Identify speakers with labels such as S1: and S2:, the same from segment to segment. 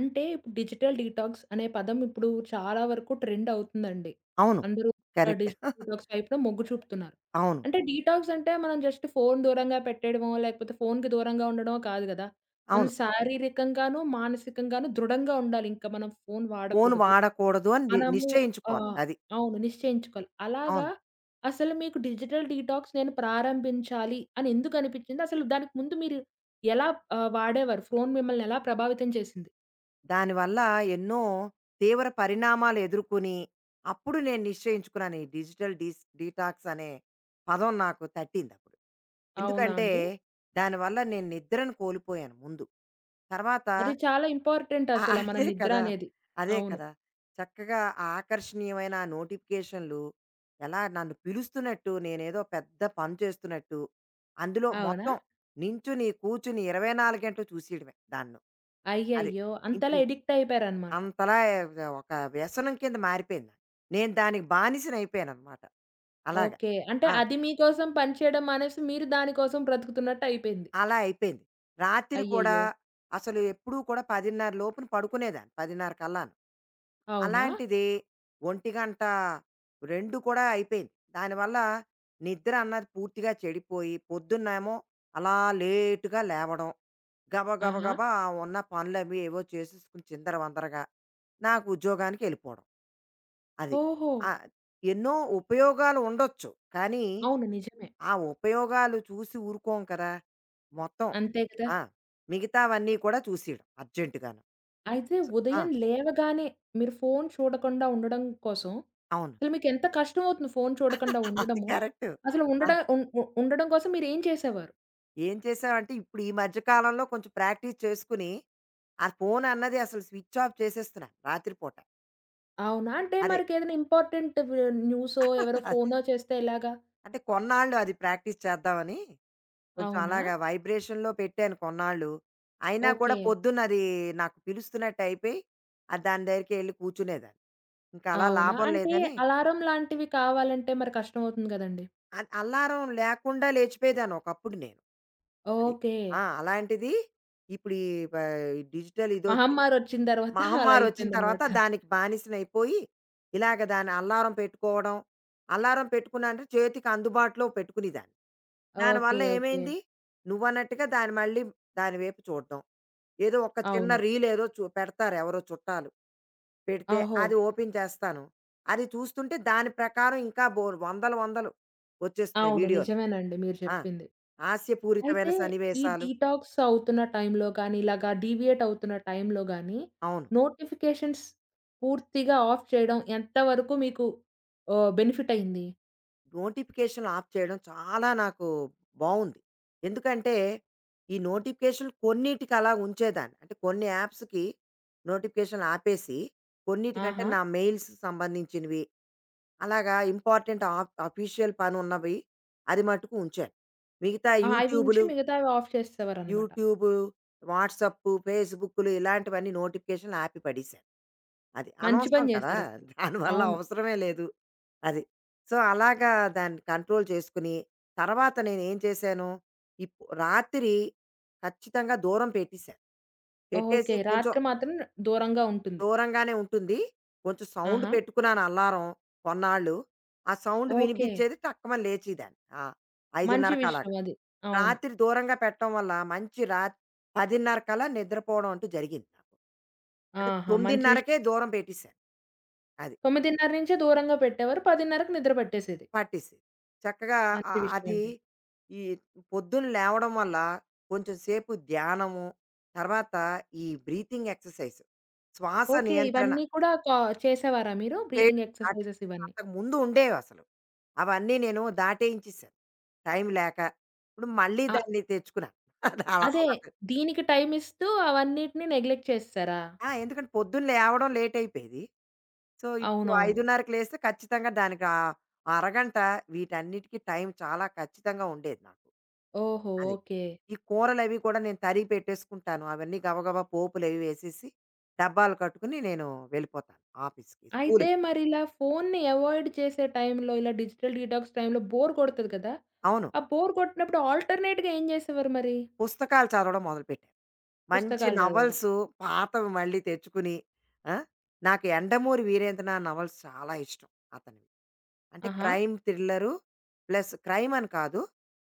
S1: అంటే ఇప్పుడు digital detox అనే పదం ఇప్పుడు చాలా వరకు ట్రెండ్ అవుతుందండి.
S2: అవును.
S1: అందరూ
S2: కరెక్ట్.
S1: డిజిటల్ డీటాక్స్ వైపు మొగ్గు చూపుతున్నారు.
S2: అవును.
S1: అంటే డీటాక్స్ అంటే మనం జస్ట్ ఫోను దూరంగా పెట్టేయడమో, లేకపోతే ఫోనుకి దూరంగా ఉండడమో కాదు గదా! మనం
S2: అవును.
S1: శారీరకంగాను, మానసికంగాను దృఢంగా ఉండాలి. ఇంకా మనం ఫోను
S2: ఫోను
S1: వాడకూడదు.
S2: వాడకూడదు అని
S1: మనము
S2: నిశ్చయించుకోవాలి.
S1: ఆహ్,
S2: అది.
S1: అవును. నిశ్చయించుకోవాలి. అలాగా
S2: అవును.
S1: అసలు మీకు డిజిటల్ డీటాక్స్ నేను ప్రారంభించాలి అని ఎందుకు అనిపించింది? అసలు దానికి ముందు మీరు ఎలా వాడేవారు? ఫోను మిమ్మల్ని ఎలా ప్రభావితం చేసింది?
S2: దానివల్ల ఎన్నో తీవ్ర పరిణామాలు ఎదుర్కొని, అప్పుడు నేను నిశ్చయించుకున్నాను. ఈ డిజిటల్ డీటాక్స్ అనే పదం నాకు తట్టిందప్పుడు.
S1: అవునా
S2: ఎందుకంటే,
S1: అండి?
S2: దానివల్ల నేను నిద్రను కోల్పోయాను ముందు. తర్వాత
S1: అది చాలా ఇంపార్టెంట్
S2: ఆ!
S1: అసల మన
S2: అదే
S1: నిద్ర
S2: కదా!
S1: అనేది.
S2: అదే
S1: అవును.
S2: కదా! చక్కగా ఆ ఆకర్షణీయమైన ఆ నోటిఫికేషన్‌లు ఎలా నన్ను పిలుస్తున్నట్టు, నేనేదో పెద్ద పని చేస్తున్నట్టు, అందులో
S1: అవునా?
S2: మొత్తం నించుని, కూర్చుని 24 గంటలు చూసేయడమే దాన్ను. అది.
S1: అయ్యయ్యో! అంతలా
S2: ఇంచుమించు.
S1: ఎడిక్ట్ అయిపోయారనమాట.
S2: అంతలా ఒక వ్యసనం కింద మారిపోయింది నాకు. నేను దానికి బానిసనయిపోయాననమాట. అలాగా.
S1: ఓకే. అంటే
S2: ఆ!
S1: అది మీకోసం పనిచేయడం మానేసి మీరు దానికోసం బ్రతుకుతున్నట్టు అయిపోయింది.
S2: అలా అయిపోయింది. రాత్రి కూడా
S1: అయ్యయ్యో!
S2: అసలు ఎప్పుడూ కూడా 10:30 లోపున పడుకునేదాన్ని. 10:30 కల్లాను.
S1: అవునా?
S2: అలాంటిది ఒంటిగంట 2 కూడా అయిపోయింది. దానివల్ల నిద్ర అన్నది పూర్తిగా చెడిపోయి, పొద్దున్నేమో అలా లేట్‌గా లేవడం. గబ గబ
S1: ఆహా!
S2: గబా ఉన్న పనులవి ఏవో చేసేసుకుని చిందరవందరగా నాకు ఉద్యోగానికెళ్ళిపోవడం. అది.
S1: ఓహో!
S2: ఆహ్, ఎన్నో ఉపయోగాలు ఉండొచ్చు. కానీ,
S1: అవును. నిజమే.
S2: ఆ ఉపయోగాలు చూసి ఊరుకోం కదా! మొత్తం
S1: అంతే కదా!
S2: ఆ! మిగతావన్నీ కూడా చూసేయడం అర్జెంట్‌గాను.
S1: అయితే
S2: సో ఆ!
S1: ఉదయం లేవగానే మీరు ఫోను చూడకుండా ఉండడం కోసం
S2: అవును.
S1: అసలు మీకెంత కష్టమవుతుంది ఫోను చూడకుండా
S2: అది
S1: ఉండడము?
S2: కరెక్టు.
S1: అసలు ఉండడ ఉం ఉ ఉండడం కోసం మీరేం చేసేవారు?
S2: ఏం చేసావంటే ఇప్పుడు ఈ మధ్య కాలంలో కొంచెం ప్రాక్టీస్ చేసుకుని, ఆ ఫోన్ అన్నది అసలు స్విచ్ ఆఫ్ చేసేస్తున్నాను రాత్రిపూట.
S1: అవునా? అంటే
S2: అదే.
S1: మరికేదైనా ఇంపార్టెంట్ న్యూసో, ఎవరో
S2: అదే.
S1: ఫోనో చేస్తే ఎలాగా?
S2: అంటే కొన్నాళ్ళు అది ప్రాక్టీస్ చేద్దామని, కొంచెం
S1: అవునా?
S2: అలాగా వైబ్రేషన్‌లో పెట్టాను కొన్నాళ్ళు. అయినా కూడా
S1: ఓకే.
S2: పొద్దున్న అది నాకు పిలుస్తున్నట్టు అయిపోయి, దాని దగ్గరికెళ్ళి కూర్చునేదాన్ని. ఇంకా అలా
S1: అవునా?
S2: లాభం
S1: అంటే
S2: లేదని
S1: అలారం లాంటివి కావాలంటే మరి కష్టమవుతుంది గదండీ!
S2: అల్లారం లేకుండా లేచిపోయేదాన్ని ఒకప్పుడు నేను. అది.
S1: ఓకే.
S2: ఆ! అలాంటిది ఇప్పుడు ఈ బ డిజిటల్ ఇదొచ్చి
S1: మహమ్మారొచ్చిన తర్వాత అలా
S2: మహమ్మారొచ్చిన తర్వాత
S1: అయిపోయిందనమాట.
S2: దానికి బానిసనయిపోయి, ఇలాగ దాని అల్లారం పెట్టుకోవడం, అల్లారం పెట్టుకున్నా అంటే చేతికి అందుబాటులో పెట్టుకునేదాన్ని.
S1: ఓకే.
S2: దానివల్ల
S1: ఓకే.
S2: ఏమైంది, నువ్వన్నట్టుగా దాన్ని మళ్ళీ దాని వైపు చూడడం. ఏదో ఒక చిన్న
S1: అవును.
S2: రీల్ ఏదో పెడతారు ఎవరో చుట్టాలు. పెడితే
S1: ఓహో!
S2: అది ఓపెన్ చేస్తాను. అది చూస్తుంటే దాని ప్రకారం ఇంకా బోలెడు వందలు వందలు వచ్చేస్తున్నాయి
S1: అవును.
S2: వీడియోలు.
S1: నిజమేనండి మీరు
S2: ఆ!
S1: చెప్పింది.
S2: హాస్యపూరితమైన
S1: అయితే ఈ
S2: సన్నివేశాలు.
S1: డీటాక్స్ అవుతున్న టైంలో గానీ, ఇలాగా డీవియేట్ అవుతున్న టైంలో గానీ,
S2: అవును.
S1: నోటిఫికేషన్స్ పూర్తిగా ఆఫ్ చేయడం ఎంత వరకు మీకు బెనిఫిట్ అయింది?
S2: నోటిఫికేషన్లు ఆఫ్ చేయడం చాలా నాకు బావుంది. ఎందుకంటే, ఈ నోటిఫికేషన్లు కొన్నిటికి అలా ఉంచేదాన్ని. అంటే కొన్ని యాప్స్‌కి నోటిఫికేషన్లు ఆపేసి, కొన్నిటికంటే
S1: ఆహా!
S2: నా మెయిల్స్ సంబంధించినవి, అలాగా ఇంపార్టెంట్ ఆఫ్ అఫీషియల్ పనున్నవి అది మటుకు ఉంచాను. మిగతా
S1: ఆ! అవి ఉంచి
S2: యూట్యూబులు
S1: మిగతావి ఆఫ్ చేసేవారనమాట.
S2: యూట్యూబు, వాట్సాప్పు, ఫేస్‌బుక్కులు ఇలాంటివన్నీ నోటిఫికేషన్‌లు ఆపి పడేశాను. అది
S1: మంచి
S2: అనవసరం
S1: పని
S2: కదా!
S1: చేశారసలు.
S2: దానివల్ల
S1: అవును.
S2: అవసరమే లేదు. అది. సో, అలాగా దాన్ని కంట్రోల్ చేసుకుని, తర్వాత నేనేం చేశాను, ఇప్ రాత్రి ఖచ్చితంగా దూరం పెట్టేశాను. పెట్టేసి
S1: ఓకే.
S2: కొంచెం
S1: రాత్రి మాత్రం దూరంగా ఉంటుంది.
S2: దూరంగానే ఉంటుంది. కొంచెం సౌండ్
S1: ఆహా!
S2: పెట్టుకున్నాను అల్లారం కొన్నాళ్ళు. ఆ సౌండ్
S1: ఓకే.
S2: వినిపించేది టక్కుమని లేచేదాన్ని. ఆ!
S1: మంచి
S2: 5:30 అలాగా.
S1: విషయం అది. అవును.
S2: రాత్రి దూరంగా పెట్టడం వల్ల మంచి రా 10:30 కల్లా నిద్రపోవడం అంటూ జరిగింది నాకు. అంటే
S1: ఆహా! మంచి విషయం.
S2: 9:30కే దూరం పెట్టేశాను. అది.
S1: 9:30 నుంచే దూరంగా పెట్టేవారు. 10:30కి నిద్ర పట్టేసేది.
S2: పట్టేసింది. చక్కగా
S1: మంచి విషయం
S2: అది
S1: అండి.
S2: ఈ పొద్దున లేవడం వల్ల కొంచెం సేపు ధ్యానము, తర్వాత ఈ బ్రీతింగ్ ఎక్సర్‌సైజ్ శ్వాస
S1: ఓకే.
S2: నియంత్రణ
S1: ఇవన్నీ కూడా చేసేవారా మీరు?
S2: చేయడం
S1: బ్రీతింగ్
S2: స్టార్ట్
S1: ఎక్సర్‌సైజెస్
S2: చేశాను.
S1: ఇవన్నీ.
S2: అంతకుముందు ఉండేవసలు. అవన్నీ నేను దాటేయించేశాను. టైం లేక. ఇప్పుడు మళ్ళీ
S1: అ
S2: దాన్ని తెచ్చుకున్నాను. అది అలా
S1: అదే.
S2: అలవాటు.
S1: దీనికి టైమిస్తూ అవన్నిటిని నెగ్లెక్ట్ చేసేసారా?
S2: ఆ! ఎందుకంటే పొద్దున లేవడం లేట్ అయిపోయేది. సో, ఇప్పుడు
S1: అవునవును.
S2: 5:30కి లేస్తే ఖచ్చితంగా దానికి అరగంట వీటన్నిటికి టైం చాలా ఖచ్చితంగా ఉండేది నాకు.
S1: ఓహో!
S2: అది.
S1: ఓకే.
S2: ఈ కూరలవి కూడా నేను తరిగి పెట్టేసుకుంటాను. అవన్నీ గబగబా పోపులవి వేసేసి, డబ్బాలు కట్టుకుని నేను వెళ్ళిపోతాను ఆఫీస్‌కి,
S1: అయితే
S2: స్కూల్‌కి.
S1: మరిలా ఫోన్‌ని అవాయిడ్ చేసే టైంలో, ఇలా డిజిటల్ డీటాక్స్ టైంలో బోర్ కొడతది కదా!
S2: అవును.
S1: ఆ బోర్ కొట్టినప్పుడు ఆల్టర్‌నేట్‌గా ఏం చేసేవారు మరి?
S2: పుస్తకాలు చదవడం మొదలుపెట్టాను. మంచి
S1: పుస్తకాలు చదవడం.
S2: నవల్సు పాతవి మళ్ళీ తెచ్చుకుని, ఆ! నాకు 'యండమూరి వీరేంద్రనాథ్' నవల్స్ చాలా ఇష్టం అతనివి. అంటే
S1: ఆహా!
S2: క్రైమ్ థ్రిల్లరు ప్లస్ క్రైమ్ అని కాదు.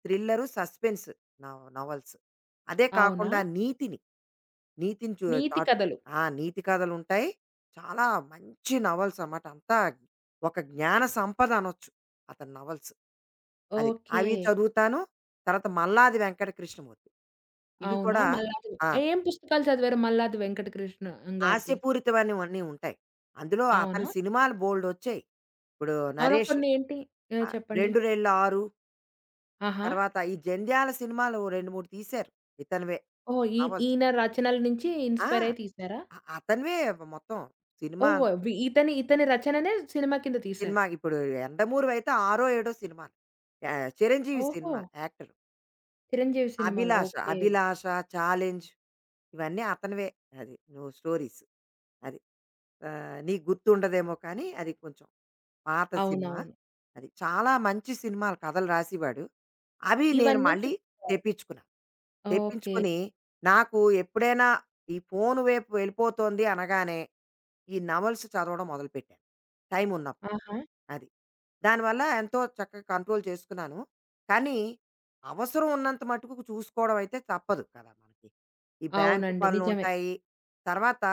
S2: Thriller, suspense novels. అదే
S1: అవునా?
S2: కాకుండా నీతిని, నీతిని
S1: నీతి
S2: చాటుతాయి.
S1: కథలు.
S2: ఆ! నీతి కథలుంటాయి. చాలా మంచి నవల్స్ అన్నమాట. అంతా ఒక జ్ఞాన సంపద అనొచ్చు అతని నవల్స్. అది.
S1: ఓకే.
S2: అవి చదువుతాను. తర్వాత 'మల్లాది వెంకట కృష్ణమూర్తి' ఇవి
S1: అవునా?
S2: కూడా ఆ!
S1: ఏం పుస్తకాలు చదివారు మల్లాది వెంకటకృష్ణ గారిది?
S2: హాస్యపూరితమైనవన్నీ ఉంటాయి. అందులో
S1: అవునా?
S2: అతని సినిమాలు బోలెడొచ్చాయి. ఇప్పుడు
S1: అవునా?
S2: 'నరేష్'
S1: కొన్ని ఏంటి చెప్పండి.
S2: '2,6'
S1: ఆహా!
S2: తర్వాత ఈ జంధ్యాల సినిమాలు 2, 3 తీశారు. ఇతనివే
S1: ఓహ్!
S2: నవల్స్.
S1: ఈయన రచనల నుంచి
S2: ఆ!
S1: ఇన్‌స్పైర్ అయ్యి తీసారా?
S2: అతనివే మొత్తం సినిమా
S1: ఓహో! వి ఇతని ఇతని రచననే సినిమా కింద తీశారు.
S2: సినిమా ఇప్పుడు 'యండమూరివైతే' ఆరో, ఏడో సినిమా. చిరంజీవి
S1: ఓహో!
S2: Cinema actor.
S1: 'చిరంజీవి' సినిమాలో.
S2: 'అభిలాష',
S1: ఓకే.
S2: 'అభిలాష', 'ఛాలెంజ్' ఇవన్నీ అతనివే. అది నువ్వు స్టోరీస్. అది. నీకు గుర్తుండదేమో కానీ అది కొంచెం పాత సినిమా.
S1: అవునవును.
S2: అది చాలా మంచి సినిమాలు కథలు రాసేవాడు. అవి నేను
S1: ఇవన్నీ
S2: మళ్ళీ
S1: చూస్తారు.
S2: తెప్పించుకున్నాను.
S1: ఓకే.
S2: తెప్పించుకొని నాకు ఎప్పుడైనా ఈ ఫోను వైపు వెళ్ళిపోతోంది అనగానే ఈ నవల్స్ చదవడం మొదలుపెట్టాను. టైం ఉన్నప్పుడు.
S1: ఆహా!
S2: అది. దానివల్ల ఎంతో చక్కగా కంట్రోల్ చేసుకున్నాను. కానీ అవసరం ఉన్నంత మటుకు చూసుకోవడం అయితే తప్పదు కదా మనకి. ఈ బ్యాంకు
S1: అవునండి. నిజమే.
S2: పనులుంటాయి. తర్వాత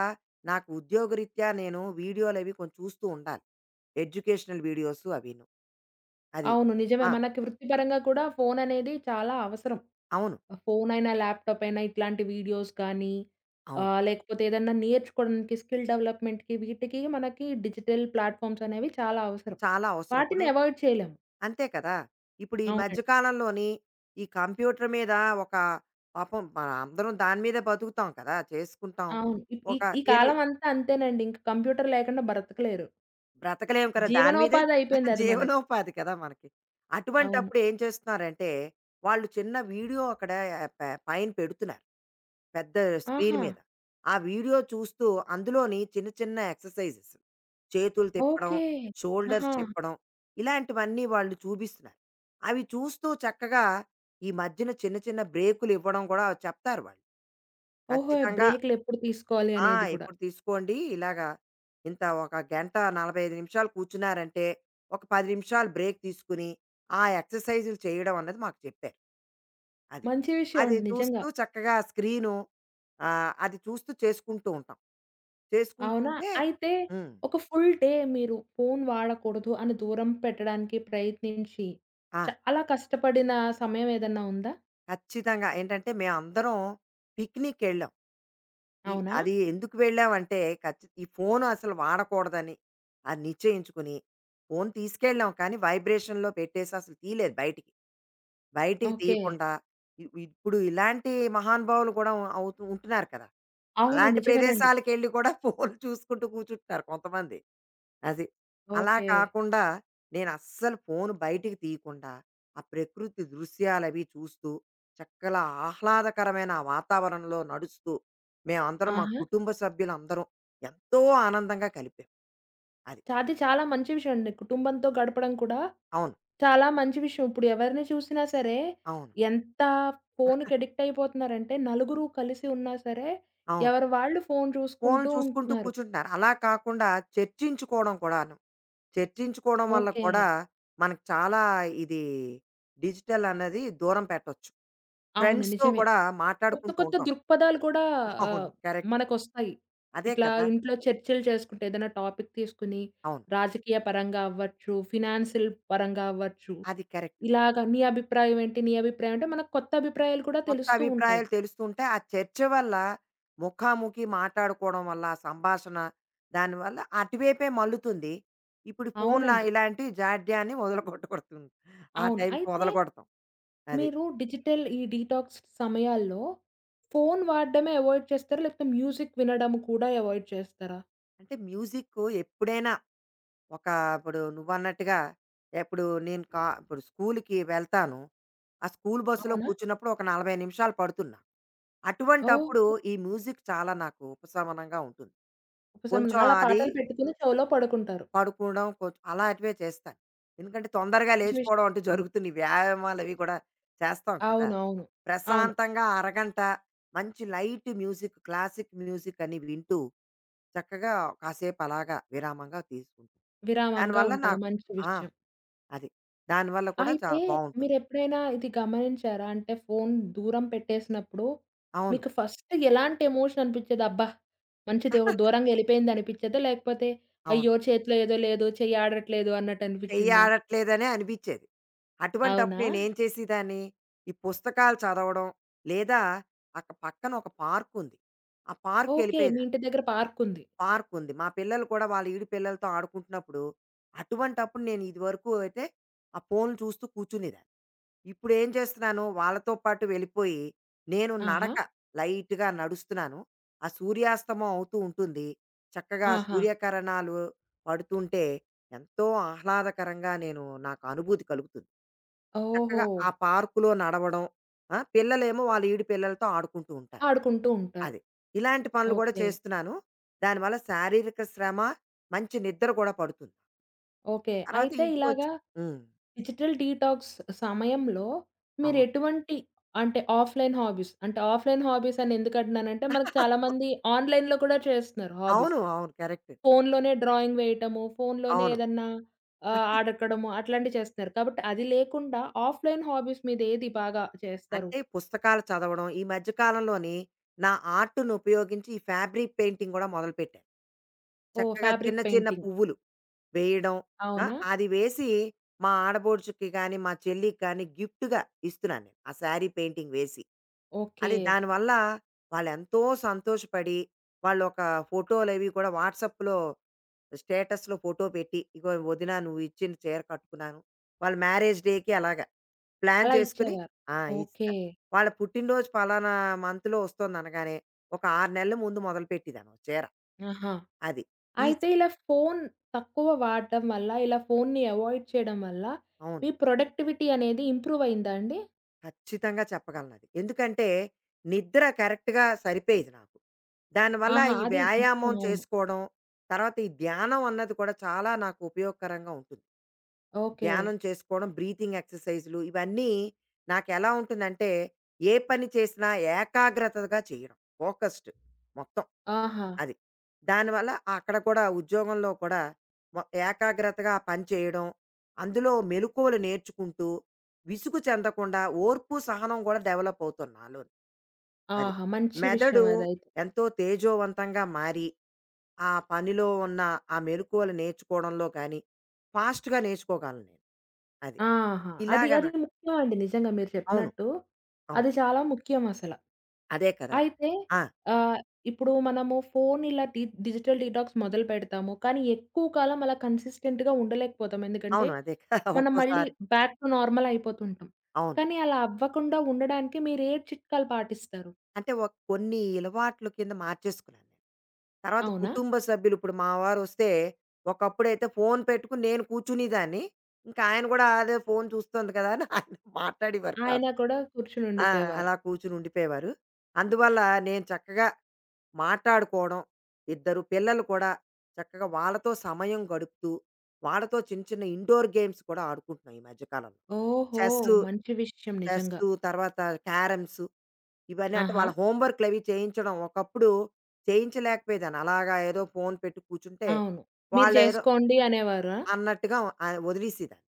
S2: నాకు ఉద్యోగరీత్యా నేను వీడియోలవి కొంచెం చూస్తూ ఉండాలి. ఎడ్యుకేషనల్ వీడియోస్ అవిను. అది.
S1: అవును. నిజమే.
S2: ఆ!
S1: మనకి వృత్తిపరంగా కూడా ఫోననేది చాలా అవసరం.
S2: అవును.
S1: ఫోనైనా, ల్యాప్‌టాప్ అయినా ఇట్లాంటి వీడియోస్ కానీ
S2: అవును.
S1: లేకపోతే ఏదన్నా నేర్చుకోవడానికి స్కిల్ డెవలప్‌మెంట్‌కి వీటికి మనకి డిజిటల్ ప్లాట్‌ఫార్మ్స్ అనేవి చాలా అవసరం.
S2: చాలా అవసరం. ఇప్పుడు
S1: వాటిని అవాయిడ్ చేయలేము.
S2: అంతే కదా! ఇప్పుడు ఈ మధ్య
S1: అవునండి.
S2: కాలంలోని ఈ కంప్యూటర్ మీద ఒక పాపం మనం అందరం దాని మీదే బతుకుతాం కదా! చేసుకుంటాం.
S1: అవును. ఈ ఈ
S2: ఒక
S1: ఈ
S2: ఏమి
S1: కాలం అంతా అంతేనండి. ఇంక కంప్యూటర్ లేకుండా బ్రతకలేరు.
S2: బ్రతకలేము కదా! దాని మీదే
S1: జీవనోపాధి అయిపోయిందది మనకి.
S2: జీవనోపాధి కదా మనకి.
S1: అవును.
S2: అటువంటప్పుడు ఏం చేస్తున్నారంటే, వాళ్ళు చిన్న వీడియో అక్కడ ఆ, ప పైన పెడుతున్నారు. పెద్ద స్క్రీన్
S1: ఆహా!
S2: మీద. ఆ వీడియో చూస్తూ అందులోని చిన్న చిన్న ఎక్సర్సైజెస్. చేతులు తిప్పడం,
S1: ఓకే.
S2: షోల్డర్స్
S1: ఆహా!
S2: తిప్పడం ఇలాంటివన్నీ వాళ్ళు చూపిస్తున్నారు. అవి చూస్తూ చక్కగా ఈ మధ్యన చిన్న చిన్న బ్రేకులివ్వడం గూడా చెప్తారు వాళ్ళు.
S1: ఓహో!
S2: ఖచ్చితంగా
S1: బ్రేకులెప్పుడు తీసుకోవాలి
S2: ఆ!
S1: అనేది కూడా.
S2: ఇప్పుడు తీసుకోండి ఇలాగా ఇంత ఒక గంట 45 నిమిషాలు కూర్చున్నారంటే, ఒక 10 నిమిషాలు బ్రేక్ తీసుకుని, ఆ ఎక్సర్‌సైజులు చేయడం అన్నది మాకు చెప్పారు. అది.
S1: మంచి విషయం
S2: అది
S1: అండి నిజంగా.
S2: చూస్తూ చక్కగా స్క్రీను అది చూస్తూ చేసుకుంటూ ఉంటాం. చేసుకుంటూ
S1: అవునా?
S2: ఉంటే
S1: అయితే
S2: హ్మ్.
S1: ఒక ఫుల్ డే మీరు ఫోను వాడకూడదు అని దూరం పెట్టడానికి ప్రయత్నించి,
S2: ఆ!
S1: చాలా కష్టపడిన సమయం ఏదన్నా ఉందా?
S2: ఖచ్చితంగా. ఏంటంటే మేమందరం పిక్నిక్కెళ్ళాం. ఈ
S1: అవునా?
S2: అది ఎందుకు వెళ్ళామంటే ఈ ఫోను అసలు వాడకూడదని అది నిశ్చయించుకుని, ఫోను తీసుకెళ్ళాం కానీ వైబ్రేషన్‌లో పెట్టేసి అసలు తీయలేదు బయటికి. బయటికి
S1: ఓకే.
S2: తీయకుండా ఇప్పుడు ఇలాంటి మహానుభావులు కూడా అవుతూ ఉంటున్నారు కదా!
S1: అవును.
S2: అలాంటి
S1: నిజమేనండి.
S2: ప్రదేశాలకెళ్ళి కూడా ఫోను చూసుకుంటూ కూర్చుంటున్నారు కొంతమంది. అది. అలా
S1: ఓకే.
S2: కాకుండా నేనస్సలు ఫోను బయటికి తీయకుండా, ఆ ప్రకృతి దృశ్యాలవి చూస్తూ, చక్కలా ఆహ్లాదకరమైన ఆ వాతావరణంలో నడుస్తూ, మేమందరం మా
S1: ఆహా!
S2: కుటుంబ సభ్యులందరం ఎంతో ఆనందంగా కలిపాం. అది.
S1: అది చాలా మంచి విషయం అండి. కుటుంబంతో గడపడం కూడా
S2: అవును.
S1: చాలా మంచి విషయం. ఇప్పుడు ఎవరిని చూసినా సరే,
S2: అవును.
S1: ఎంత ఫోనుకి అడిక్ట్ అయిపోతున్నారంటే, నలుగురు కలిసి ఉన్నా సరే,
S2: అవును.
S1: ఎవరి వాళ్ళు ఫోను
S2: ఫోన్లు
S1: చూసుకుంటూ
S2: చూసుకుంటూ
S1: ఉంటున్నారు.
S2: కూర్చుంటున్నారు. అలా కాకుండా చర్చించుకోవడం కూడాను. చర్చించుకోవడం వల్ల
S1: ఓకే.
S2: కూడా మనకు చాలా ఇది డిజిటల్ అన్నది దూరం పెట్టొచ్చు.
S1: అవును.
S2: ఫ్రెండ్స్‌తో
S1: నిజమే.
S2: కూడా
S1: కొత్త
S2: మాట్లాడుకుంటూ
S1: కొత్త
S2: ఉంటాం.
S1: దృక్పథాలు కూడా ఆహ్,
S2: అవును. కరెక్ట్.
S1: మనకొస్తాయి.
S2: అదే
S1: ఇట్లా
S2: కదా!
S1: ఇంట్లో చర్చలు చేసుకుంటే ఏదైనా టాపిక్ తీసుకొని
S2: అవును.
S1: రాజకీయ పరంగా అవ్వచ్చు, ఫినాన్షియల్ పరంగా అవ్వచ్చు.
S2: అది కరెక్ట్.
S1: ఇలాగ నీ అభిప్రాయం ఏంటి? నీ అభిప్రాయం అంటే మనకు కొత్త అభిప్రాయాలు కూడా
S2: కొత్త
S1: తెలుస్తూ ఉంటాయి.
S2: అభిప్రాయాలు తెలుస్తుంటే, ఆ చర్చ వల్ల ముఖాముఖి మాట్లాడుకోవడం వల్ల, ఆ సంభాషణ దానివల్ల అటువైపే మల్లుతుంది. ఇప్పుడు ఫోన్‌లా
S1: అవునండి.
S2: ఇలాంటి జాడ్యాన్ని వదలగొట్టగొడుతుంది. ఆ
S1: అవును.
S2: టైంకి
S1: అయితే
S2: వదలగొడతాం. అది.
S1: మీరు డిజిటల్ ఈ డీటాక్స్ సమయాల్లో ఫోను వాడడమే అవాయిడ్ చేస్తారా? లేకపోతే మ్యూజిక్ వినడం కూడా అవాయిడ్ చేస్తారా?
S2: అంటే మ్యూజిక్కు ఎప్పుడైనా ఒక ఇప్పుడు నువ్వన్నట్టుగా ఎప్పుడు నేను ఇప్పుడు స్కూలుకి వెళ్తాను. ఆ స్కూలు బస్సులో
S1: అవునా?
S2: కూర్చున్నప్పుడు ఒక 40 నిమిషాలు పడుతుంది నాకు. అటువంటప్పుడు
S1: ఓకే.
S2: ఈ మ్యూజిక్ చాలా నాకు ఉపశమనంగా ఉంటుంది. కొంచెం
S1: ఉపశమనంగా అలా
S2: అది
S1: పాటలు పెట్టుకొని చెవులో పడుకుంటారు.
S2: పడుకోవడం కొంచెం అలాంటివే చేస్తాను. ఎందుకంటే తొందరగా
S1: మంచి
S2: లేచిపోవడం
S1: విషయం
S2: అంటూ
S1: అండి.
S2: జరుగుతుంది. వ్యాయామాలు అవి కూడా చేస్తాం కదా!
S1: అవునవును. అవును.
S2: ప్రశాంతంగా అరగంట మంచి లైట్ మ్యూజిక్, క్లాసిక్ మ్యూజిక్ అని వింటూ చక్కగా కాసేపు అలాగా విరామంగా తీసుకుంటాను.
S1: విరామంగా
S2: దానివల్ల
S1: ఉంటారు.
S2: నాకు
S1: మంచి
S2: ఆ!
S1: విషయం.
S2: అది. దానివల్ల కూడా
S1: అయితే
S2: చాలా బావుంటుంది.
S1: మీరెప్పుడైనా ఇది గమనించారా? అంటే ఫోను దూరం పెట్టేసినప్పుడు
S2: అవును.
S1: మీకు ఫస్ట్ ఎలాంటి ఎమోషన్ అనిపిచ్చేది? అబ్బా! మంచిది ఒక దూరంగా ఎళ్ళిపోయింది అనిపిచ్చేదా? లేకపోతే
S2: అవును.
S1: అయ్యో! చేతిలో ఏదో లేదు, చెయ్యి ఆడట్లేదు అన్నట్టు
S2: చెయ్యి
S1: అనిపిచ్చిందా?
S2: ఆడట్లేదనే అనిపిచ్చేది.
S1: అవునా?
S2: అటువంటప్పుడు నేనేం చేసేదాన్ని, ఈ పుస్తకాలు చదవడం లేదా అక్కడ పక్కన ఒక పార్కుంది. ఆ
S1: ఓకే. మీ
S2: పార్క్‌కెళ్ళిపోయేదాన్ని.
S1: ఇంటి దగ్గర పార్క్ ఉంది.
S2: పార్క్ ఉంది. మా పిల్లలు కూడా వాళ్ళ ఈడు పిల్లలతో ఆడుకుంటున్నప్పుడు, అటువంటప్పుడు నేను ఇదివరకు అయితే ఆ ఫోన్‌లు చూస్తూ కూర్చునేదాన్ని. ఇప్పుడేం చేస్తున్నాను, వాళ్ళతో పాటు వెళ్ళిపోయి, నేను
S1: ఆహా!
S2: నడక లైట్‌గా నడుస్తున్నాను. ఆ సూర్యాస్తమం అవుతూ ఉంటుంది. చక్కగా ఆ
S1: ఆహా!
S2: సూర్యకిరణాలు పడుతుంటే, ఎంతో ఆహ్లాదకరంగా నేను నాకు అనుభూతి కలుగుతుంది. చక్కగా
S1: ఓహో!
S2: ఆ పార్కులో నడవడం, ఆ! పిల్లలేమో వాళ్ళ ఈడు పిల్లలతో ఆడుకుంటూ ఉంటారు.
S1: ఆడుకుంటూ ఉంటారు.
S2: అది. ఇలాంటి పనులు కూడా
S1: ఓకే.
S2: చేస్తున్నాను. దానివల్ల శారీరక శ్రమ, మంచి నిద్ర కూడా పడుతుంది.
S1: ఓకే.
S2: తర్వాత
S1: అయితే
S2: ఇంటికొచ్చి
S1: ఇలాగా
S2: హ్మ్.
S1: డిజిటల్ డీటాక్స్ సమయంలో మీరు
S2: అవును.
S1: ఎటువంటి అంటే ఆఫ్‌లైన్ హాబీస్ అంటే ఆఫ్‌లైన్ హాబీస్ అని ఎందుకు అంటున్నానంటే మనకు చాలామంది ఆన్‌లైన్‌లో కూడా చేస్తున్నారు హాబీస్.
S2: అవును. అవును. కరెక్ట్.
S1: ఫోన్‌లోనే డ్రాయింగ్ వేయటము, ఫోన్‌లోనే
S2: అవును.
S1: ఏదన్నా ఆడకడము అట్లాంటివి చేస్తున్నారు. కాబట్టి అది లేకుండా ఆఫ్‌లైన్ హాబీస్ మీద ఏది బాగా చేస్తారు?
S2: అంటే పుస్తకాలు చదవడం ఈ మధ్య కాలంలోని నా ఆర్ట్‌ను ఉపయోగించి ఈ ఫ్యాబ్రిక్ పెయింటింగ్ గూడా మొదలుపెట్టాను.
S1: ఓహ్!
S2: చక్కగా చిన్న
S1: ఫ్యాబ్రిక్
S2: చిన్న
S1: పెయింటింగ్.
S2: పువ్వులు వేయడం. ఆ!
S1: అవునా?
S2: అది వేసి మా ఆడబోడుచుకి గాని, మా చెల్లికి గాని గిఫ్ట్‌గా ఇస్తున్నాను నేను. ఆ శారీ పెయింటింగ్ వేసి.
S1: ఓకే.
S2: అది దానివల్ల వాళ్ళెంతో సంతోషపడి వాళ్ళొక ఫోటోలవి కూడా వాట్సాప్‌లో స్టేటస్‌లో ఫోటో పెట్టి, ఇగో వదిన నువ్వు ఇచ్చిన చీర కట్టుకున్నాను. వాళ్ళ మ్యారేజ్ డేకి అలాగా ప్లాన్
S1: అలా
S2: చేసుకొని
S1: ఇచ్చేవారు.
S2: ఆ! ఇస్తా.
S1: ఓకే.
S2: వాళ్ళ పుట్టినరోజు పలానా మంత్‌లో వస్తోందనగానే, ఒక 6 నెలల ముందు మొదలుపెట్టేదాన్ని ఒక చీర.
S1: ఆహా!
S2: అది. ఈ స
S1: అయితే ఇలా ఫోను తక్కువ వాడటం వల్ల, ఇలా ఫోనుని అవాయిడ్ చేయడం వల్ల
S2: అవును.
S1: మీ ప్రొడక్టివిటీ అనేది ఇంప్రూవ్ అయిందా అండి?
S2: ఖచ్చితంగా చెప్పగలనది. ఎందుకంటే, నిద్ర కరెక్ట్‌గా సరిపోయేది నాకు. దానివల్ల
S1: ఆహా!
S2: ఈ
S1: అది ముఖ్యం.
S2: వ్యాయామం
S1: అవును.
S2: చేసుకోవడం, తర్వాత ఈ ధ్యానం అన్నది కూడా చాలా నాకు ఉపయోగకరంగా ఉంటుంది.
S1: ఓకే.
S2: ధ్యానం చేసుకోవడం, బ్రీతింగ్ ఎక్సర్‌సైజులు ఇవన్నీ నాకెలా ఉంటుందంటే, ఏ పని చేసినా ఏకాగ్రతగా చేయడం. ఫోకస్డ్ మొత్తం.
S1: ఆహా!
S2: అది. దానివల్ల అక్కడ కూడా ఉద్యోగంలో కూడా మొ ఏకాగ్రతగా ఆ పని చేయడం, అందులో మెలుకువలు నేర్చుకుంటూ విసుగు చెందకుండా ఓర్పు సహనం కూడా డెవలప్ అవుతుంది నాలో. అది
S1: ఆహా! మంచి
S2: మెదడు
S1: విషయం అదైతే.
S2: ఎంతో తేజోవంతంగా మారి ఆ పనిలో ఉన్న ఆ మెలకువలు నేర్చుకోవడంలో కానీ ఫాస్ట్గా నేర్చుకోగలను నేను. అది
S1: ఆహా! అది
S2: ఇలాగ
S1: అది
S2: నాకు
S1: ముఖ్యం అండి నిజంగా మీరు
S2: అవును,
S1: చెప్పినట్టు.
S2: అవును,
S1: అది చాలా ముఖ్యం అసల.
S2: అదే కదా,
S1: అయితే
S2: ఆ,
S1: ఆహ్, ఇప్పుడు మనము ఫోను ఇలా డిజిటల్ డీటాక్స్ మొదలుపెడతాము. కానీ ఎక్కువ కాలం అలా కన్సిస్టెంట్‌గా ఉండలేకపోతాం. ఎందుకంటే
S2: అవును అదే కదా.
S1: మనం మళ్ళీ
S2: ఒక్కోసారి
S1: బ్యాక్ టు నార్మల్ అయిపోతుంటాం.
S2: అవును
S1: కానీ అలా అవ్వకుండా ఉండడానికి మీరు ఏ చిట్కాలు పాటిస్తారు?
S2: అంటే ఒక కొన్ని అలవాట్లు కింద మార్చేసుకున్నాను నేను. తర్వాత
S1: అవునా?
S2: కుటుంబ సభ్యులు ఇప్పుడు మా వారు వస్తే ఒకప్పుడైతే ఫోన్ పెట్టుకుని నేను కూర్చునేదాన్ని. ఇంకా ఆయన కూడా అదే ఫోన్ చూస్తోంది కదా అని ఆయన మాట్లాడేవారు కాదు.
S1: ఆయన కూడా కూర్చొని
S2: ఆ!
S1: ఉండిపోయేవారు.
S2: అలా కూర్చుని ఉండిపోయేవారు. అందువల్ల నేను చక్కగా మాట్లాడుకోవడం, ఇద్దరు పిల్లలు కూడా చక్కగా వాళ్ళతో సమయం గడుపుతూ, వాళ్ళతో చిన్న చిన్న ఇండోర్ గేమ్స్ కూడా ఆడుకుంటున్నాం ఈ మధ్య కాలంలో.
S1: ఓహో!
S2: చెస్సు,
S1: మంచి విషయం నిజంగా.
S2: చెస్సు తర్వాత క్యారమ్స్ ఇవన్నీ అంటే
S1: ఆహా!
S2: వాళ్ళ హోమ్ వర్క్‌లవి చేయించడం. ఒకప్పుడు చేయించలేకపోయేదాన్ని. అలాగా ఏదో ఫోన్ పెట్టి కూర్చుంటే,
S1: అవును. మీరు
S2: వాళ్ళేదో
S1: చేసుకోండి అనేవారా?
S2: అన్నట్టుగా వదిలేసేదాన్ని.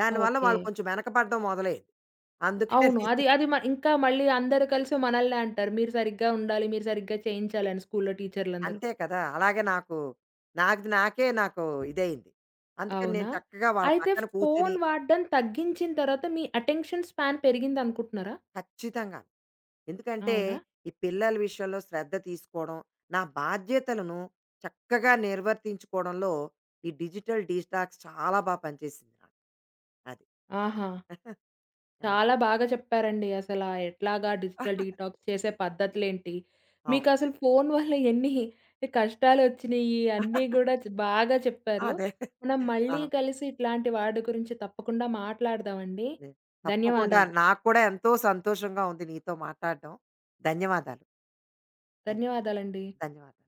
S2: దానివల్ల
S1: ఓకే.
S2: వాళ్ళు కొంచెం వెనకపడడం మొదలయ్యేది.
S1: అవును.
S2: అందుకని
S1: అది అది ఇంకా మళ్ళీ అందరూ కలిసి మనల్నే అంటారు. మీరు సరిగ్గా ఉండాలి, మీరు సరిగ్గా చేయించాలని స్కూల్‌లో టీచర్లందరూ.
S2: అంతే కదా! అలాగే నాకు నాది నాకే నాకు ఇదయింది. అందుకని నేను
S1: అవునా?
S2: చక్కగా వాళ్ళ
S1: అయితే
S2: పక్కన కూర్చొని
S1: ఫోను వాడడం తగ్గించిన తర్వాత మీ అటెన్షన్ స్పాన్ పెరిగిందనుకుంటున్నారా?
S2: ఖచ్చితంగాను. ఎందుకంటే
S1: అవునా?
S2: ఈ పిల్లల విషయంలో శ్రద్ధ తీసుకోవడం, నా బాధ్యతలను చక్కగా నిర్వర్తించుకోవడంలో ఈ డిజిటల్ డీటాక్స్ చాలా పనిచేసింది నాకు. అది.
S1: ఆహా!
S2: అది.
S1: చాలా బాగా చెప్పారండి. అసలా ఎట్లాగా డిజిటల్ డీటాక్స్ చేసే పద్ధతులేంటి?
S2: అవును.
S1: మీకసలు ఫోను వల్ల ఎన్ని కష్టాలొచ్చినియి అన్నీ గూడా బాగా చెప్పారు.
S2: అదే.
S1: మనం
S2: ఆ!
S1: మళ్ళీ కలిసి ఇట్లాంటి వాటి గురించి తప్పకుండా మాట్లాడదామండి.
S2: అదే. తప్పకుండా
S1: ధన్యవాదాలు.
S2: నాకు కూడా ఎంతో సంతోషంగా ఉంది నీతో మాట్లాడడం. ధన్యవాదాలు. ధన్
S1: ధన్యవాదాలండి.
S2: ధన్యవాదాలు.